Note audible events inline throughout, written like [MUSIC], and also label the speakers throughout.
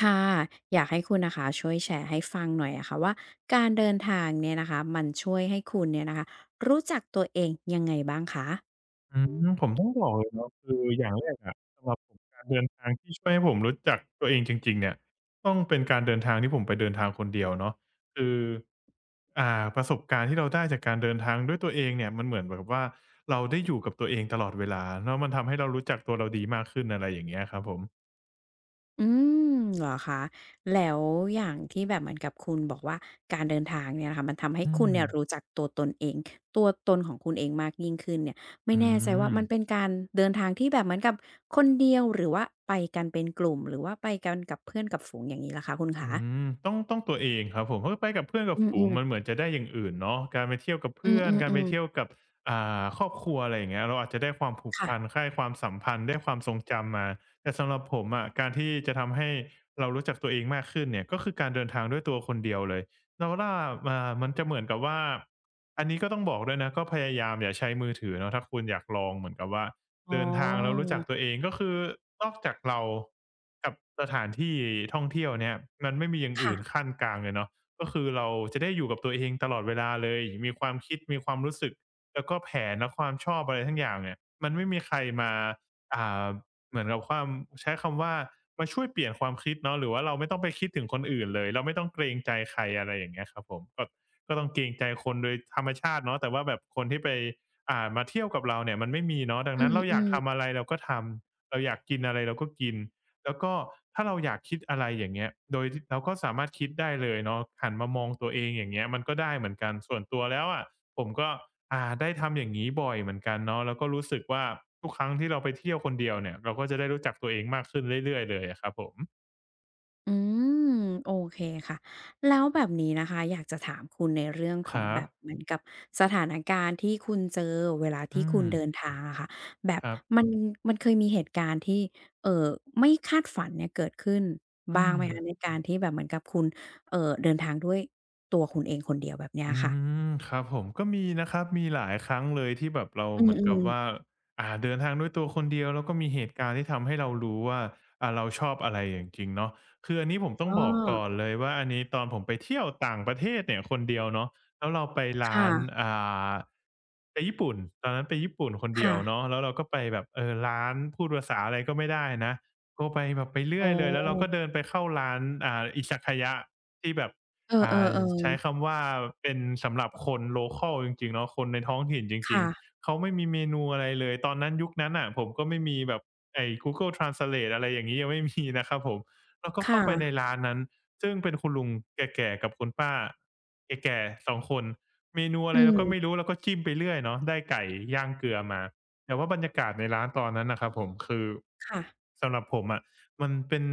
Speaker 1: ค่ะอยากให้คุณนะคะช่วยแชร์ให้ฟังหน่อยอะค่ะว่าการเดินทางเนี่ยนะคะมันช่วยให้คุณเนี่ยนะคะรู้จักตัวเองยังไงบ้างคะ
Speaker 2: อืผมต้องบอกเลยเนาะคืออย่างแรกอะสำหรับผมการเดินทางที่ช่วยให้ผมรู้จักตัวเองจริงๆเนี่ยต้องเป็นการเดินทางที่ผมไปเดินทางคนเดียวเนาะคือประสบการณ์ที่เราได้จากการเดินทางด้วยตัวเองเนี่ยมันเหมือนแบบว่าเราได้อยู่กับตัวเองตลอดเวลาเนาะมันทำให้เรารู้จักตัวเราดีมากขึ้นอะไรอย่างเงี้ยครับผม
Speaker 1: อืมเหรอคะแล้วอย่างที่แบบเหมือนกับคุณบอกว่าการเดินทางเนี่ยนะคะมันทำให้
Speaker 2: อื
Speaker 1: คุณ
Speaker 2: ม
Speaker 1: เนี่ยรู้จักตัวตนเองตัวตนของคุณเองมากยิ่งขึ้นเนี่ยไม่
Speaker 2: อื
Speaker 1: แน่ใจว่า
Speaker 2: ม
Speaker 1: มันเป็นการเดินทางที่แบบเหมือนกับคนเดียวหรือว่าไปกันเป็นกลุ่มหรือว่าไปกันกับเพื่อนกับฝูงอย่างงี้ล่ะคะคุณขา
Speaker 2: อืมต้องตัวเองครับผมเพราะไปกับเพื่อนกับ
Speaker 1: อื
Speaker 2: ฝูง
Speaker 1: ม
Speaker 2: มันเหมื
Speaker 1: ๆ
Speaker 2: อนจะได้อย่างอื่นเนาะการไปเที่ยวกับ
Speaker 1: อื
Speaker 2: เพื่
Speaker 1: ม
Speaker 2: อนการไป
Speaker 1: ๆ
Speaker 2: เที่ยว
Speaker 1: ๆ
Speaker 2: กับครอบครัวอะไรอย่างเงี้ยเราอาจจะได้ความผูกพัน
Speaker 1: ค่ะ
Speaker 2: ค่า้ความสัมพันธ์ได้ความทรงจำมาแต่สำหรับผมอะการที่จะทำให้เรารู้จักตัวเองมากขึ้นเนี่ยก็คือการเดินทางด้วยตัวคนเดียวเลยเราว่ามันจะเหมือนกับว่าอันนี้ก็ต้องบอกด้วยนะก็พยายามอย่าใช้มือถือเนาะถ้าคุณอยากลองเหมือนกับว่า
Speaker 1: อ๋อ
Speaker 2: เดินทางแล้วรู้จักตัวเองก็คือนอกจากเรากับสถานที่ท่องเที่ยวเนี่ยมันไม่มีอย่างอื่น
Speaker 1: ค่ะ
Speaker 2: ขั้นกลางเลยเนาะก็คือเราจะได้อยู่กับตัวเองตลอดเวลาเลยมีความคิดมีความรู้สึกแล้วก็แผนและความชอบอะไรทั้งอย่างเนี่ยมันไม่มีใครมาอ่าเหมือนกับความใช้คำว่ามาช่วยเปลี่ยนความคิดเนาะหรือว่าเราไม่ต้องไปคิดถึงคนอื่นเลยเราไม่ต้องเกรงใจใครอะไรอย่างเงี้ยครับผมก็ต้องเกรงใจคนโดยธรรมชาติเนาะแต่ว่าแบบคนที่ไป มาเที่ยวกับเราเนี่ยมันไม่มีเนาะดัง
Speaker 1: อื
Speaker 2: นั้น
Speaker 1: ม
Speaker 2: เรา
Speaker 1: อื
Speaker 2: อยาก
Speaker 1: ม
Speaker 2: ทำอะไรเราก็ทำเราอยากกินอะไรเราก็กินแล้วก็ถ้าเราอยากคิดอะไรอย่างเงี้ยโดยทเราก็สามารถคิดได้เลยเนาะหันมามองตัวเองอย่างเงี้ยมันก็ได้เหมือนกันส่วนตัวแล้วอะผมก็ได้ทำอย่างงี้บ่อยเหมือนกันเนาะแล้วก็รู้สึกว่าทุกครั้งที่เราไปเที่ยวคนเดียวเนี่ยเราก็จะได้รู้จักตัวเองมากขึ้นเรื่อยๆเลยอะครับผม
Speaker 1: อืม โอเคค่ะ แล้วแบบนี้นะคะ อยากจะถามคุณในเรื่องข
Speaker 2: ค
Speaker 1: อง
Speaker 2: รั
Speaker 1: แบบเห
Speaker 2: บ
Speaker 1: มือนกับสถานการณ์ที่คุณเจอเวลาที่
Speaker 2: อื
Speaker 1: คุ
Speaker 2: ม
Speaker 1: ณเดินทางอะค่ะแบบ
Speaker 2: ครับ
Speaker 1: มันเคยมีเหตุการณ์ที่เอ่อไม่คาดฝันเนี่ยเกิดขึ้น
Speaker 2: อื
Speaker 1: บ้างไหม
Speaker 2: ม
Speaker 1: คะในการที่แบบเหมือนกับคุณเอ่อเดินทางด้วยตัวคุณเองคนเดียวแบบเนี้ย
Speaker 2: อื
Speaker 1: ค่ะ
Speaker 2: มครับผมก็มีนะครับมีหลายครั้งเลยที่แบบเรา
Speaker 1: อื
Speaker 2: เหมือนกับว่า
Speaker 1: ม
Speaker 2: เดินทางด้วยตัวคนเดียวแล้วก็มีเหตุการณ์ที่ทำให้เรารู้ว่าเราชอบอะไรอย่างจริงเนาะคืออันนี้ผมต้
Speaker 1: ๆ
Speaker 2: อง
Speaker 1: อ้
Speaker 2: บอกก่อ
Speaker 1: อ
Speaker 2: นเลยว่าอันนี้ตอนผมไปเที่ยวต่างประเทศเนี่ยคนเดียวเนาะแล้วเราไปร้าน
Speaker 1: ค่ะ
Speaker 2: อ่าไปญี่ปุ่นตอนนั้นไปญี่ปุ่นคนเดียว
Speaker 1: ค่ะ
Speaker 2: เนาะแล้วเราก็ไปแบบเออร้านพูดภาษาอะไรก็ไม่ได้นะก็ไปแบบไป
Speaker 1: อ๋อ
Speaker 2: เรื่อยเลยแล้วเราก็เดินไปเข้าร้านIzakaya ที่แบบ
Speaker 1: เออ
Speaker 2: อ่าใช้
Speaker 1: ๆๆ
Speaker 2: คำว่าเป็นสำหรับคนโลคัลจริงๆเนาะคนในท้องถิ่นจริง
Speaker 1: ค่ะ
Speaker 2: ๆเขาไม่มีเมนูอะไรเลยตอนนั้นยุคนั้นน่ะผมก็ไม่มีแบบไอ้ Google Translate อะไรอย่างงี้ยังไม่มีนะครับผมเราก็
Speaker 1: ค
Speaker 2: เข้าไปใน
Speaker 1: ่ะ
Speaker 2: ร้านนั้นซึ่งเป็นคุณลุงแก่ๆกับคุณป้าแก่ๆ2คนเมนูอะ
Speaker 1: อื
Speaker 2: ไร
Speaker 1: ม
Speaker 2: เราก็ไม่รู้เราก็จิ้มไปเรื่อยเนาะได้ไก่ย่างเกลือมาแต่ว่าบรรยากาศในร้านตอนนั้นน่ะครับผมคือ
Speaker 1: ค่ะ
Speaker 2: สำหรับผมอะ มันเป็น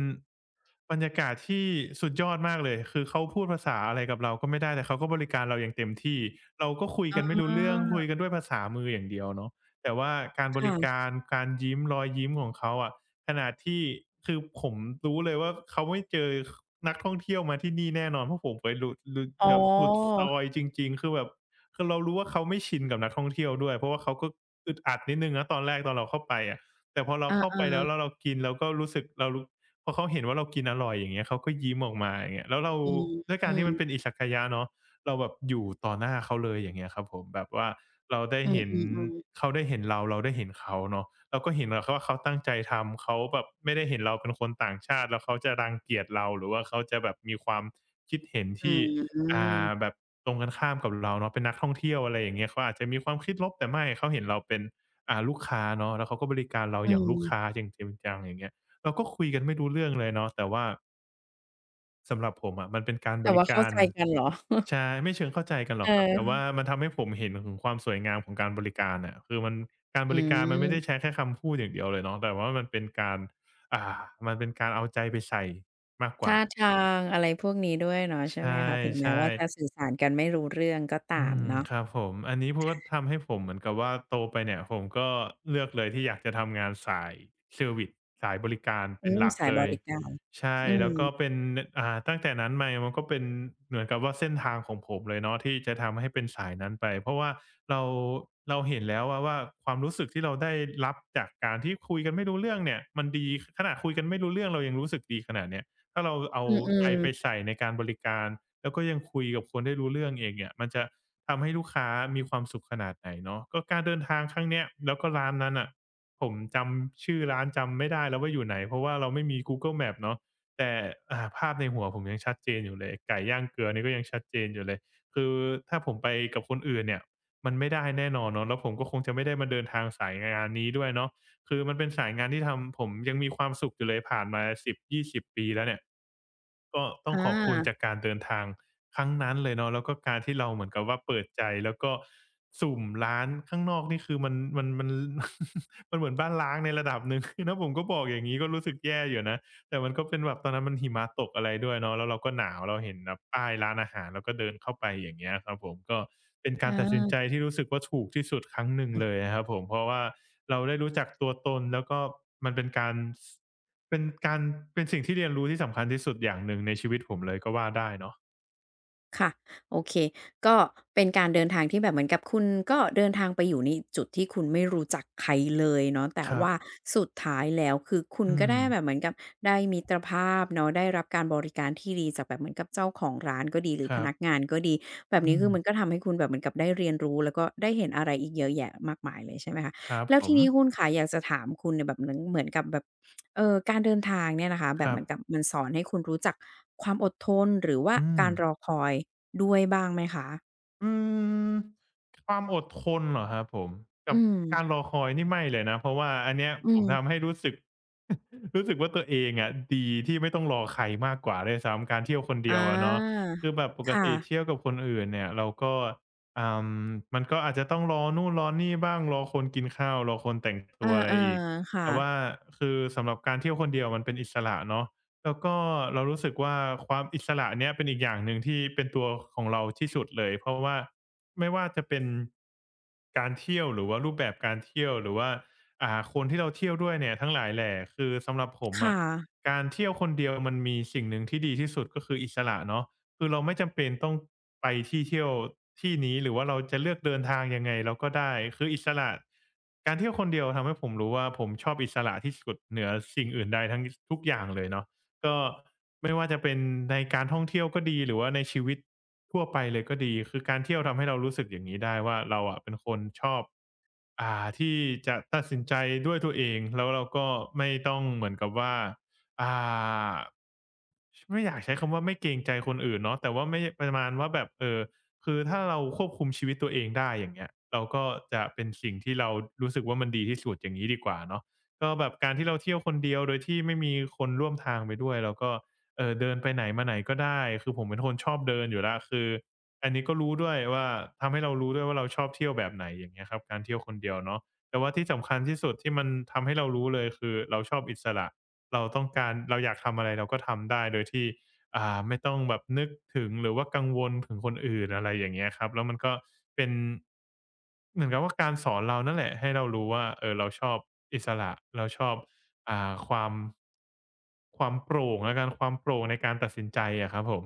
Speaker 2: บรรยากาศที่สุดยอดมากเลย คือเขาพูดภาษาอะไรกับเราก็ไม่ได้ แต่เขาก็บริการเราอย่างเต็มที่ เราก็คุย
Speaker 1: อ๋
Speaker 2: กันไม่
Speaker 1: อ
Speaker 2: รู้เรื่อง คุยกันด้วยภาษามืออย่างเดียวเนาะแต่ว่าการบริ
Speaker 1: ค่ะ
Speaker 2: การการยิ้มรอยยิ้มของเขาอะขนาดที่คือผมรู้เลยว่าเขาไม่เจอคนักท่องเที่ยวมาที่นี่แน่นอนเพราะผมไปหลุด
Speaker 1: อ๋อ
Speaker 2: แบบสุดซอยจริงๆคือแบบคือเรารู้ว่าเขาไม่ชินกับนักท่องเที่ยวด้วยเพราะว่าเขาก็อึดอัดนิดหนึ่งนะตอนแรกตอนเราเข้าไปอะ แต่พอเรา
Speaker 1: อ
Speaker 2: เข้าไปแล้วแล้
Speaker 1: า
Speaker 2: วเรากินเราก็รู้สึกเรารู้พอเขาเห็นว่าเรากินอร่อยอย่างเงี้ยเขาก็ยิ้มออกมาอย่างเงี้ยแล้วเรา
Speaker 1: ๆอืม
Speaker 2: ด้วย
Speaker 1: อื
Speaker 2: การ
Speaker 1: ม
Speaker 2: ที่มันเป็นอิสักายะเนาะเราแบบอยู่ต่อหน้าเขาเลยอย่างเงี้ยครับผมแบบว่าเราได้
Speaker 1: อื
Speaker 2: เห็น
Speaker 1: มๆ
Speaker 2: เขาได้เห็นเราเราได้เห็นเขาเนาะเราก็เห็นว่าเขาตั้งใจทำเขาแบบไม่ได้เห็นเราเป็นคนต่างชาติแล้วเขาจะรังเกียจเราหรือว่าเขาจะแบบมีความคิดเห็น
Speaker 1: อื
Speaker 2: ที่อ่
Speaker 1: ม
Speaker 2: าแบบตรงกันข้ามกับเราเนาะเป็นนักท่องเที่ยวอะไรอย่างเงี้ยเขาอาจจะมีความคิดลบแต่ไม่เขาเห็นเราเป็น ลูกค้าเนาะแล้วเขาก็บริการเรา
Speaker 1: อื
Speaker 2: อย่างลูกค้า
Speaker 1: ม
Speaker 2: อย่างจริงจังอย่างเงี้ยเราก็คุยกันไม่รู้เรื่องเลยเนาะแต่ว่าสำหรับผมอะมันเป็นการบ
Speaker 1: แต่
Speaker 2: ริ
Speaker 1: ว่าเข้า
Speaker 2: การ
Speaker 1: ใจกันเหรอ
Speaker 2: ใช่ไม่เชิงเข้าใจกันหรอกครับแต่
Speaker 1: เอ
Speaker 2: ว่า
Speaker 1: อ
Speaker 2: มันทำให้ผมเห็นถึงความสวยงามของการบริการน่ะคือมันการบ
Speaker 1: อื
Speaker 2: ริการมันไม่ได้ใช้
Speaker 1: ม
Speaker 2: แค่คำพูดอย่างเดียวเลยเนาะแต่ว่ามันเป็นการอ่ามันเป็นการเอาใจไปใส่มากกว่า
Speaker 1: ท่าทางอะไรพวกนี้ด้วยเนาะ
Speaker 2: ใ
Speaker 1: ใช่ไหมคะ ถึงแม้
Speaker 2: ช่
Speaker 1: ว่าจะ
Speaker 2: ๆ
Speaker 1: สื่อสารกันไม่รู้เรื่องก็ตา
Speaker 2: อื
Speaker 1: ม
Speaker 2: ม
Speaker 1: เนาะ
Speaker 2: ครับผมอันนี้พูดว่าทำให้ผมเหมือนกับว่าโตไปเนี่ยผมก็เลือกเลยที่อยากจะทำงานสายเซอร์วิสสายบริการ
Speaker 1: อื
Speaker 2: เป็น
Speaker 1: ม
Speaker 2: หลัก
Speaker 1: สาย
Speaker 2: เล
Speaker 1: บ
Speaker 2: ย
Speaker 1: ริการ
Speaker 2: ใช่
Speaker 1: อืม
Speaker 2: แล้วก็เป็นตั้งแต่นั้นมามันก็เป็นเหมือนกับว่าเส้นทางของผมเลยเนาะที่จะทำให้เป็นสายนั้นไปเพราะว่าเราเราเห็นแล้วว่าความรู้สึกที่เราได้รับจากการที่คุยกันไม่รู้เรื่องเนี่ยมันดีขนาดคุยกันไม่รู้เรื่องเรายังรู้สึกดีขนาดเนี้ยถ้าเราเอา
Speaker 1: อื
Speaker 2: ใจ
Speaker 1: ม
Speaker 2: ไป
Speaker 1: ๆ
Speaker 2: ใส่ในการบริการ แล้วก็ยังคุยกับคนได้รู้เรื่องเองเนี่ยมันจะทำให้ลูกค้ามีความสุขขนาดไหนเนาะก็การเดินทางครั้งเนี้ยแล้วก็ร้านนั้นน่ะผมจำชื่อร้านจำไม่ได้แล้วว่าอยู่ไหนเพราะว่าเราไม่มี Google Maps เนาะแต่ภาพในหัวผมยังชัดเจนอยู่เลยไก่ย่างเกลือนี่ก็ยังชัดเจนอยู่เลยคือถ้าผมไปกับคนอื่นเนี่ยมันไม่ได้แน่นอนเนาะแล้วผมก็คงจะไม่ได้มาเดินทางสายงานนี้ด้วยเนาะ คือมันเป็นสายงานที่ทำผมยังมีความสุขอยู่เลยผ่านมาสิบยี่สิบปีแล้วเนี่ยก็ต้อ
Speaker 1: อ
Speaker 2: งขอบคุณจา
Speaker 1: า
Speaker 2: กการเดินทางครั้งนั้นเลยเนาะแล้วก็การที่เราเหมือนกับว่าเปิดใจแล้วก็สุ่มร้านข้างนอกนี่คือมัน [LAUGHS] มันเหมือนบ้านร้างในระดับหนึ่ง [LAUGHS] คือถ้าผมก็บอกอย่างงี้ก็รู้สึกแย่อยู่นะ แต่มันก็เป็นแบบตอนนั้นมันหิมะตกอะไรด้วยเนาะแล้วเราก็หนาวเราเห็นแบบป้ายร้านอาหารเราก็เดินเข้าไปอย่างเงี้ยครับผมก็เป็น
Speaker 1: อ
Speaker 2: การตัดสินใจ
Speaker 1: า
Speaker 2: ที่รู้สึกว่าถูกที่สุดครั้งหนึ่งเลยอะครับผมเพราะว่าเราได้รู้จักตัวตนแล้วก็มันเป็นการสเป็นการเป็นสิ่งที่เรียนรู้ที่สำคัญที่สุดอย่างหนึ่งในชีวิตผมเลยก็ว่าได้เนาะ
Speaker 1: ค่ะโอเคก็เป็นการเดินทางที่แบบเหมือนกับคุณก็เดินทางไปอยู่ในจุดที่คุณไม่รู้จักใครเลยเนาะแต่
Speaker 2: ครั
Speaker 1: ว่า
Speaker 2: บ
Speaker 1: สุดท้ายแล้วคือคุณ
Speaker 2: อื
Speaker 1: ก็
Speaker 2: ม
Speaker 1: ได้แบบเหมือนกับได้มิตรภาพเนาะได้รับการบริการที่ดีจากแบบเหมือนกับเจ้าของร้านก็ดีหรือ
Speaker 2: ค
Speaker 1: พ
Speaker 2: รั
Speaker 1: นักงา
Speaker 2: บ
Speaker 1: นก็ดีแบบ
Speaker 2: อื
Speaker 1: นี้คื
Speaker 2: ม
Speaker 1: อมันก็ทำให้คุณแบบเหมือนกับได้เรียนรู้แล้วก็ได้เห็นอะไรอีกเยอะแยะมากมายเลยใช่ไหมคะ
Speaker 2: ครับ
Speaker 1: แล้ว
Speaker 2: ผ
Speaker 1: ที
Speaker 2: ม
Speaker 1: นี้คุณขาอยากจะถามคุณเนี่ยแบบเหมือนกับแบบ การเดินทางเนี่ยนะคะแบ
Speaker 2: ค
Speaker 1: บเห
Speaker 2: รับ
Speaker 1: มือนกับมันสอนให้คุณรู้จักความอดทนหรือว่า
Speaker 2: อืม
Speaker 1: การรอคอยด้วยบ้างไหมคะ
Speaker 2: อืมความอดทนเหรอครับผมกั
Speaker 1: อื
Speaker 2: บ
Speaker 1: ม
Speaker 2: การรอคอยนี่ไม่เลยนะเพราะว่าอันเนี้ย
Speaker 1: อื
Speaker 2: ผม
Speaker 1: ม
Speaker 2: ทำให้รู้สึก [LAUGHS] รู้สึกว่าตัวเองอะดีที่ไม่ต้องรอใครมากกว่าด้วยซ้ำการเที่ยวคน
Speaker 1: อ
Speaker 2: เดียวอะเนาะ
Speaker 1: า
Speaker 2: คือแบบปก
Speaker 1: ค่ะ
Speaker 2: ติเที่ยวกับคนอื่นเนี่ยเราก็อ่ามันก็อาจจะต้องรอนู่นรอนี่บ้างรอคนกินข้าวรอคนแต่ง
Speaker 1: เออ
Speaker 2: ตัวอะไรอีก
Speaker 1: ๆค่ะ
Speaker 2: แต่ว่าคือสำหรับการเที่ยวคนเดียวมันเป็นอิสระเนาะ แล้วก็เรารู้สึกว่าความอิสระเนี่ยเป็นอีกอย่างหนึ่งที่เป็นตัวของเราที่สุดเลยเพราะว่าไม่ว่าจะเป็นการเที่ยวหรือว่ารูปแบบการเที่ยวหรือว่าคนที่เราเที่ยวด้วยเนี่ยทั้งหลายแหล่คือสำหรับผมอะ
Speaker 1: ค่ะ
Speaker 2: การเที่ยวคนเดียวมันมีสิ่งหนึ่งที่ดีที่สุดก็คืออิสระเนาะคือเราไม่จำเป็นต้องไปที่เที่ยวที่นี้หรือว่าเราจะเลือกเดินทางยังไงเราก็ได้คืออิสระการเที่ยวคนเดียวทำให้ผมรู้ว่าผมชอบอิสระที่สุดเหนือสิ่งอื่นใดทั้งทุกอย่างเลยเนาะ ก็ไม่ว่าจะเป็นในการท่องเที่ยวก็ดีหรือว่าในชีวิตทั่วไปเลยก็ดีคือการเที่ยวทำให้เรารู้สึกอย่างนี้ได้ว่าเราอะเป็นคนชอบ อ่าที่จะตัดสินใจด้วยตัวเองแล้วเราก็ไม่ต้องเหมือนกับว่าอ่าไม่อยากใช้คำว่าไม่เกรงใจคนอื่นเนาะแต่ว่าไม่ประมาณว่าแบบเออคือถ้าเราควบคุมชีวิตตัวเองได้อย่างเงี้ยเราก็จะเป็นสิ่งที่เรารู้สึกว่ามันดีที่สุดอย่างนี้ดีกว่าเนาะก็แบบการที่เราเที่ยวคนเดียวโดยที่ไม่มีคนร่วมทางไปด้วยเราก็เออเดินไปไหนมาไหนก็ได้คือผมเป็นคนชอบเดินอยู่แล้วคือ อันนี้ก็รู้ด้วยว่าทำให้เรารู้ด้วยว่าเราชอบเที่ยวแบบไหนอย่างเงี้ยครับการเที่ยวคนเดียวเนาะแต่ว่าที่สำคัญที่สุดที่มันทำให้เรารู้เลยคือเราชอบอิสระเราต้องการเราอยากทำอะไรเราก็ทำได้โดยที่ไม่ต้องแบบนึกถึงหรือว่ากังวลถึงคนอื่นอะไรอย่างเงี้ยครับแล้วมันก็เป็นเหมือนกับว่าการสอนเรานั่นแหละให้เรารู้ว่าเออเราชอบอิสระเราชอบความความโปร่งแล้วกันความโปร่งในการตัดสินใจอะครับผม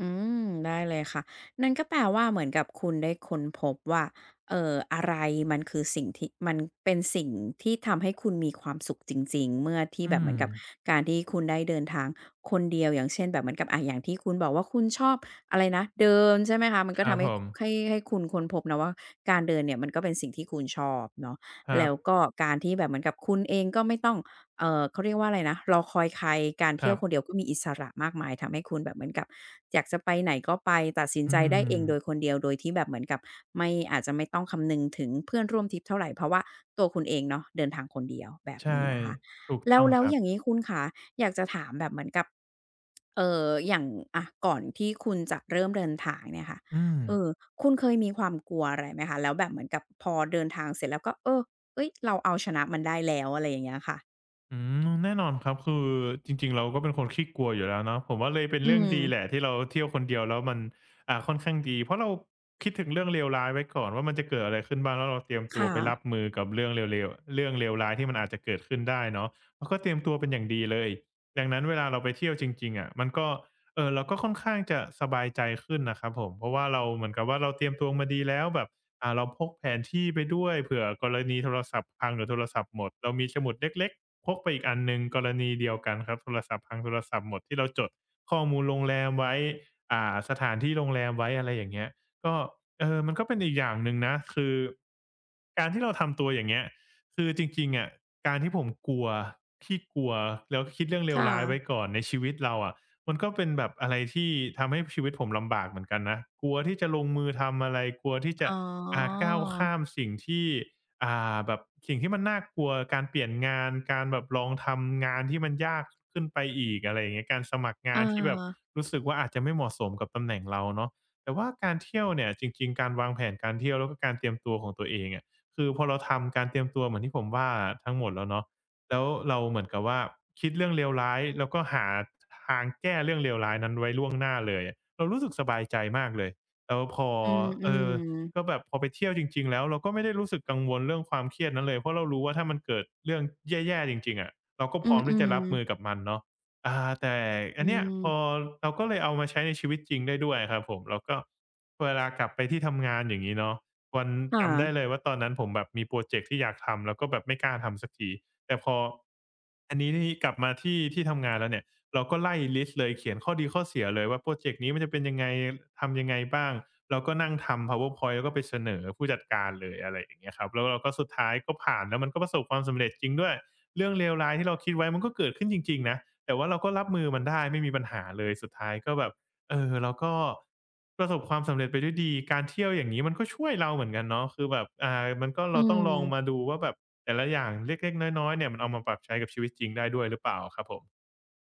Speaker 1: อืมได้เลยค่ะนั่นก็แปลว่าเหมือนกับคุณได้ค้นพบว่าอะไรมันคือสิ่งที่มันเป็นสิ่งที่ทำให้คุณมีความสุขจริงๆเมื่อที่
Speaker 2: อื
Speaker 1: แบบเหมื
Speaker 2: ม
Speaker 1: อนกับการที่คุณได้เดินทางคนเดียวอย่างเช่นแบบเหมือนกับอย่างที่คุณบอกว่าคุณชอบอะไรนะเดินใช่ไหมคะมัน
Speaker 2: ค
Speaker 1: ก็
Speaker 2: รับ
Speaker 1: ทำ
Speaker 2: ผ
Speaker 1: ให้
Speaker 2: ม
Speaker 1: ให้ให้คุณค้นพบนะว่าการเดินเนี่ยมันก็เป็นสิ่งที่คุณชอบเนาะ
Speaker 2: ครั
Speaker 1: แล้
Speaker 2: บ
Speaker 1: วก็การที่แบบเหมือนกับคุณเองก็ไม่ต้อง เขาเรียกว่าอะไรนะรอคอยใครการ
Speaker 2: ค
Speaker 1: เที่ย
Speaker 2: รั
Speaker 1: ว
Speaker 2: บ
Speaker 1: คนเดียวก็มีอิสระมากมายทำให้คุณแบบเหมือนกับอยากจะไปไหนก็ไปตัดสิน
Speaker 2: อื
Speaker 1: ใจได้
Speaker 2: ม
Speaker 1: เองโดยคนเดียวโดยที่แบบเหมือนกับไม่อาจจะไม่ต้องคำนึงถึงเพื่อนร่วมทริปเท่าไรเพราะว่าตัวคุณเองเนาะเดินทางคนเดียวแบบ
Speaker 2: ใช่
Speaker 1: นี้นะคะ
Speaker 2: ถูก
Speaker 1: แล้
Speaker 2: ต้
Speaker 1: ว
Speaker 2: องครั
Speaker 1: อ
Speaker 2: บ
Speaker 1: ย่างงี้คุณขาอยากจะถามแบบเหมือนกับอย่างอะก่อนที่คุณจะเริ่มเดินทางเนี่ยค่ะ
Speaker 2: อืม
Speaker 1: เออคุณเคยมีความกลัวอะไรไหมคะแล้วแบบเหมือนกับพอเดินทางเสร็จแล้วก็เออเฮ้ยเราเอาชนะมันได้แล้วอะไรอย่างเงี้ยค่ะ
Speaker 2: อืมแน่นอนครับคือจริงๆเราก็เป็นคนขี้กลัวอยู่แล้วเนาะผมว่าเลยเป็น
Speaker 1: อื
Speaker 2: เรื่องดีแหละ
Speaker 1: ม
Speaker 2: ที่เราเที่ยวคนเดียวแล้วมันค่อนข้างดีเพราะเราคิดถึงเรื่องเลวร้ายไว้ก่อนว่ามันจะเกิดอะไรขึ้นบ้างแล้วเราเตรียมตัว
Speaker 1: ค่ะ
Speaker 2: ไปรับมือกับเรื่องเลวๆเรื่องเลวร้ายที่มันอาจจะเกิดขึ้นได้เนาะเราก็เตรียมตัวเป็นอย่างดีเลยดังนั้นเวลาเราไปเที่ยวจริงๆอะมันก็เราก็ค่อนข้างจะสบายใจขึ้นนะครับผมเพราะว่าเราเหมือนกับว่าเราเตรียมตัวมาดีแล้วแบบเราพกแผนที่ไปด้วยเผื่อกรณีโทรศัพท์พังหรือโทรศัพท์หมดเรามีสมุดเล็กๆ พกไปอีกอันหนึ่งกรณีเดียวกันครับโทรศัพท์พังโทรศัพท์หมดที่เราจดข้อมูลโรงแรมไว้สถานที่โรงแรมไว้อะไรอย่างเงี้ยก็เออมันก็เป็นอีกอย่างหนึ่งนะคือการที่เราทำตัวอย่างเงี้ยคือจริงๆอะการที่ผมกลัวขี้กลัวแล้วคิดเรื่องเลว
Speaker 1: ค่ะ
Speaker 2: ร้ายไว้ก่อนในชีวิตเราอะมันก็เป็นแบบอะไรที่ทำให้ชีวิตผมลำบากเหมือนกันนะกลัวที่จะลงมือทำอะไรกลัวที่จะ
Speaker 1: อ๋อ
Speaker 2: ก้าวข้ามสิ่งที่ แบบสิ่งที่มันน่ากลัวการเปลี่ยนงานการแบบลองทำงานที่มันยากขึ้นไปอีกอะไรอย่างเงี้ยการสมัคร
Speaker 1: อา
Speaker 2: งานที่แบบรู้สึกว่าอาจจะไม่เหมาะสมกับตำแหน่งเราเนาะแต่ว่าการเที่ยวเนี่ยจริงๆการวางแผนการเที่ยวแล้วก็การเตรียมตัวของตัวเองอะคือพอเราทำการเตรียมตัวเหมือนที่ผมว่าทั้งหมดแล้วเนาะแล้วเราเหมือนกับว่าคิดเรื่องเลวร้ายแล้วก็หาทางแก้เรื่องเลวร้ายนั้นไว้ล่วงหน้าเลยอะเรารู้สึกสบายใจมากเลยแล้วพอ
Speaker 1: อื
Speaker 2: เออ
Speaker 1: ม
Speaker 2: ก็
Speaker 1: ๆ
Speaker 2: แบบพอไปเที่ยวจริงๆแล้วเราก็ไม่ได้รู้สึกกังวลเรื่องความเครียดนั้นเลยเพราะเรารู้ว่าถ้ามันเกิดเรื่องแย่ๆจริงๆอะเราก็
Speaker 1: อื
Speaker 2: พร้อมที่จะรั
Speaker 1: ม
Speaker 2: บมือ
Speaker 1: ๆ
Speaker 2: กับมันเนาะอาแต่อั
Speaker 1: อื
Speaker 2: นเนี้ยพอ
Speaker 1: ม
Speaker 2: เราก็เลยเอามาใช้ในชีวิตจริงได้ด้วยครับผมแล้วก็เวลากลับไปที่ทำงานอย่างงี้เนาะวัน
Speaker 1: ค่ะ
Speaker 2: จำได้เลยว่าตอนนั้นผมแบบมีพรอเจกต์ที่อยากทำแล้วก็แบบไม่กล้าทำสักทีแต่พออันนี้นี่กลับมาที่ทำงานแล้วเนี่ยเราก็ไล่ลิสต์เลยเขียนข้อดีข้อเสียเลยว่าพรอเจกต์นี้มันจะเป็นยังไงทำยังไงบ้าง เราก็นั่งทำ PowerPoint แล้วก็ไปเสนอผู้จัดการเลยอะไรอย่างเงี้ยครับแล้วเราก็สุดท้ายก็ผ่านแล้วมันก็ประสบความสำเร็จจริงด้วยเรื่องเลวร้ายที่เราคิดไว้มันก็เกิดขึ้นจริงๆนะแต่ว่าเราก็รับมือมันได้ไม่มีปัญหาเลยสุดท้ายก็แบบเออเราก็ประสบความสำเร็จไปด้วยดีการเที่ยวอย่างงี้มันก็ช่วยเราเหมือนกันเนาะคือแบบมันก็
Speaker 1: อื
Speaker 2: เราต้องลองมา
Speaker 1: ม
Speaker 2: ดูว่าแบบแต่ละอย่างเล็กๆน้อยๆเนี่ยมันเอามาปรับใช้กับชีวิตจริงได้ด้วยหรือเปล่าครับผม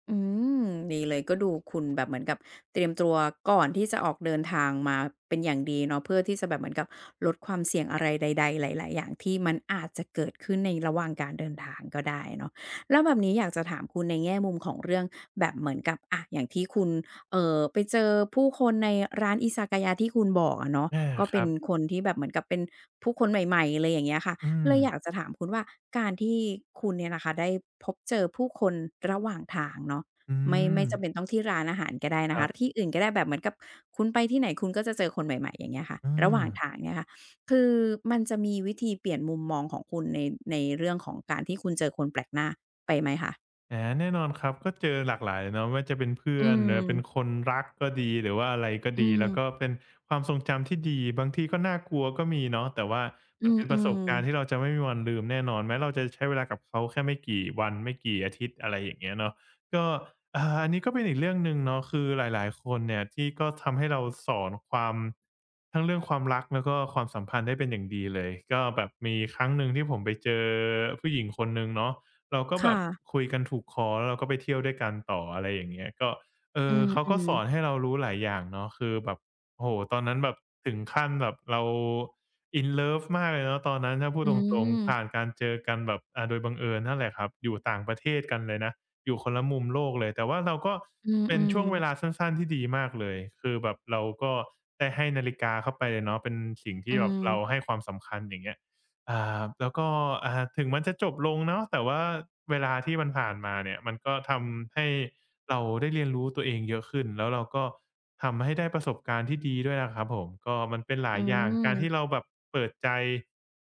Speaker 1: อืมดีเลยก็ดูคุณแบบเหมือนกับเตรียมตัวก่อนที่จะออกเดินทางมาเป็นอย่างดีเนาะเพื่อที่จะแบบเหมือนกับลดความเสี่ยงอะไรใดๆหลายๆอย่างที่มันอาจจะเกิดขึ้นในระหว่างการเดินทางก็ได้เนาะแล้วแบบนี้อยากจะถามคุณในแง่มุมของเรื่องแบบเหมือนกับอะอย่างที่คุณไปเจอผู้คนในร้านอิซากายะที่คุณบอกอะเนาะ
Speaker 2: อา
Speaker 1: ก็
Speaker 2: ค
Speaker 1: เป็
Speaker 2: รั
Speaker 1: น
Speaker 2: บ
Speaker 1: คนที่แบบเหมือนกับเป็นผู้คนใหม่ๆอะไรอย่างเงี้ยค่ะ
Speaker 2: อื
Speaker 1: เล
Speaker 2: ม
Speaker 1: ยอยากจะถามคุณว่าการที่คุณเนี่ยนะคะได้พบเจอผู้คนระหว่างทางเนาะ
Speaker 2: อื
Speaker 1: ไม่
Speaker 2: ม
Speaker 1: จำเป็นต้องที่ร้านอาหารก็ได้
Speaker 2: ค
Speaker 1: นะ
Speaker 2: รั
Speaker 1: คะ
Speaker 2: บ
Speaker 1: ที่อื่นก็ได้แบบเหมือนกับคุณไปที่ไหนคุณก็จะเจอคนใหม่ๆอย่างเงี้ยค่ะ
Speaker 2: อื
Speaker 1: ระ
Speaker 2: ม
Speaker 1: หว่างทางเนี่ยค่ะคือมันจะมีวิธีเปลี่ยนมุมมองของคุณในเรื่องของการที่คุณเจอคนแปลกหน้าไปไหมคะ
Speaker 2: แน่นอนครับก็เจอหลากหลายเนาะไม่ว่าจะเป็นเพื่
Speaker 1: อื
Speaker 2: อน
Speaker 1: ม
Speaker 2: หรือเป็นคนรักก็ดีหรือว่าอะไรก็
Speaker 1: อื
Speaker 2: ดีแล้วก็
Speaker 1: ม
Speaker 2: เป็นความทรงจำที่ดีบางทีก็น่ากลัวก็มีเนาะแต่ว่า
Speaker 1: อื
Speaker 2: มันเป็นประส
Speaker 1: ม
Speaker 2: บการณ์ที่เรา
Speaker 1: ๆ
Speaker 2: จะไม่มีวันลืมแน่นอนแม้เราจะใช้เวลากับเขาแค่ไม่กี่วันไม่กี่อาทิตย์อะไรอย่างเงี้ยเนาะก็อันนี้ก็เป็นอีกเรื่องหนึ่งเนาะคือหลายๆคนเนี่ยที่ก็ทำให้เราสอนความทั้งเรื่องความรักแล้วก็ความสัมพันธ์ได้เป็นอย่างดีเลยก็แบบมีครั้งหนึ่งที่ผมไปเจอผู้หญิงคนหนึ่งเนาะ เราก็แบ
Speaker 1: ค่ะ
Speaker 2: บคุยกันถูกคอแล้วเราก็ไปเที่ยวด้วยกันต่ออะไรอย่างเงี้ยก็เอ
Speaker 1: อื
Speaker 2: อเขาก็
Speaker 1: ม
Speaker 2: สอนให้
Speaker 1: ๆ
Speaker 2: เรารู้หลายอย่างเนาะคือแบบโอ้โฮตอนนั้นแบบถึงขั้นแบบเรา in love มากเลยเนาะตอนนั้นถ้าพูด
Speaker 1: อื
Speaker 2: ตรง
Speaker 1: ม
Speaker 2: ๆผ่านการเจอกันแบบโดยบังเอิญนั่นแหละครับอยู่ต่างประเทศกันเลยนะอยู่คนละมุมโลกเลยแต่ว่าเราก็
Speaker 1: อืม
Speaker 2: เป็
Speaker 1: อื
Speaker 2: น
Speaker 1: ม
Speaker 2: ช่วงเวลา
Speaker 1: ๆ
Speaker 2: สั้นๆที่ดีมากเลยคือแบบเราก็ได้ให้นาฬิกาเข้าไปเลยเนาะเป็นสิ่งที่
Speaker 1: อื
Speaker 2: แบบ
Speaker 1: ม
Speaker 2: เราให้ความสำคัญอย่างเงี้ย แล้วก็ถึงมันจะจบลงเนาะแต่ว่าเวลาที่มันผ่านมาเนี่ยมันก็ทำให้เราได้เรียนรู้ตัวเองเยอะขึ้นแล้วเราก็ทำให้ได้ประสบการณ์ที่ดีด้วยนะครับผมก็มันเป็นหลา
Speaker 1: อื
Speaker 2: ยอย่างการที่เรา
Speaker 1: ม
Speaker 2: แบบเปิดใจ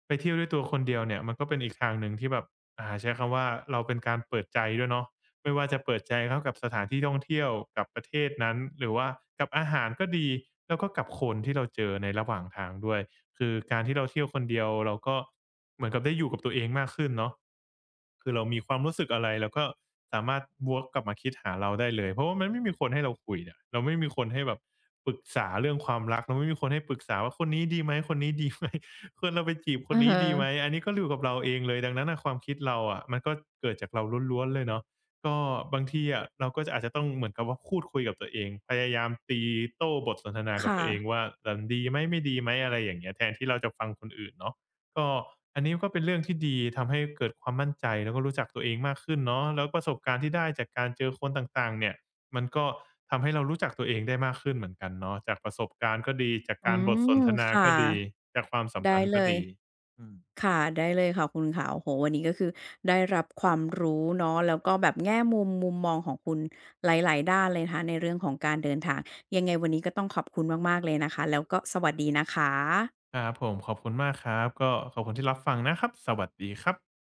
Speaker 2: ไปเที่ยวด้วยตัวคนเดียวเนี่ยมันก็เป็นอีกทางหนึ่งที่แบบใช้คำว่าเราเป็นการเปิดใจด้วยเนาะ ไม่ว่าจะเปิดใจเข้ากับสถานที่ท่องเที่ยวกับประเทศนั้นหรือว่ากับอาหารก็ดีแล้วก็กับคนที่เราเจอในระหว่างทางด้วยคือการที่เราเที่ยวคนเดียวเราก็เหมือนกับได้อยู่กับตัวเองมากขึ้นเนาะคือเรามีความรู้สึกอะไรเราก็สามารถวกกลับมาคิดหาเราได้เลยเพราะว่ามันไม่มีคนให้เราคุยเนี่ยเราไม่มีคนให้แบบปรึกษาเรื่องความรักเราไม่มีคนให้ปรึกษาว่าคนนี้ดีไหมคนนี้ดีไหม [LAUGHS] คนเราไปจีบคน
Speaker 1: อะ
Speaker 2: นี้
Speaker 1: ฮะ
Speaker 2: ดีไหมอันนี้ก็อยู่กับเราเองเลยดังนั้นน่ะความคิดเราอะมันก็เกิดจากเราล้วนๆเลยเนาะ ก็บางทีอะเราก็จะอาจจะต้องเหมือนกับว่าพูดคุยกับตัวเองพยายามตีโต้บทสนทนากับ
Speaker 1: ค่ะ
Speaker 2: ตัวเองว่ามันดีไหมไม่ดีไหมอะไรอย่างเงี้ยแทนที่เราจะฟังคนอื่นเนาะก็อันนี้ก็เป็นเรื่องที่ดีทำให้เกิดความมั่นใจแล้วก็รู้จักตัวเองมากขึ้นเนาะแล้วประสบการณ์ที่ได้จากการเจอคนต่างๆเนี่ยมันก็ทำให้เรารู้จักตัวเองได้มากขึ้นเหมือนกันเนาะจากประสบการณ์ก็ดีจาก
Speaker 1: อื
Speaker 2: การบทสน
Speaker 1: ม
Speaker 2: ทนา
Speaker 1: ค่ะ
Speaker 2: ก็ดีจากความสัม
Speaker 1: ได้
Speaker 2: พันธ์
Speaker 1: เล
Speaker 2: ก็
Speaker 1: ย
Speaker 2: ดีอืม
Speaker 1: ค่ะได้เลยค่ะคุณค่ะโอ้โฮวันนี้ก็คือได้รับความรู้เนาะแล้วก็แบบแง่มุมมุมมองของคุณหลายๆด้านเลยนะคะในเรื่องของการเดินทางยังไงวันนี้ก็ต้องขอบคุณมากๆเลยนะคะแล้วก็สวัสดีนะคะ
Speaker 2: ครับผมขอบคุณมากครับก็ขอบคุณที่รับฟังนะครับสวัสดีครับ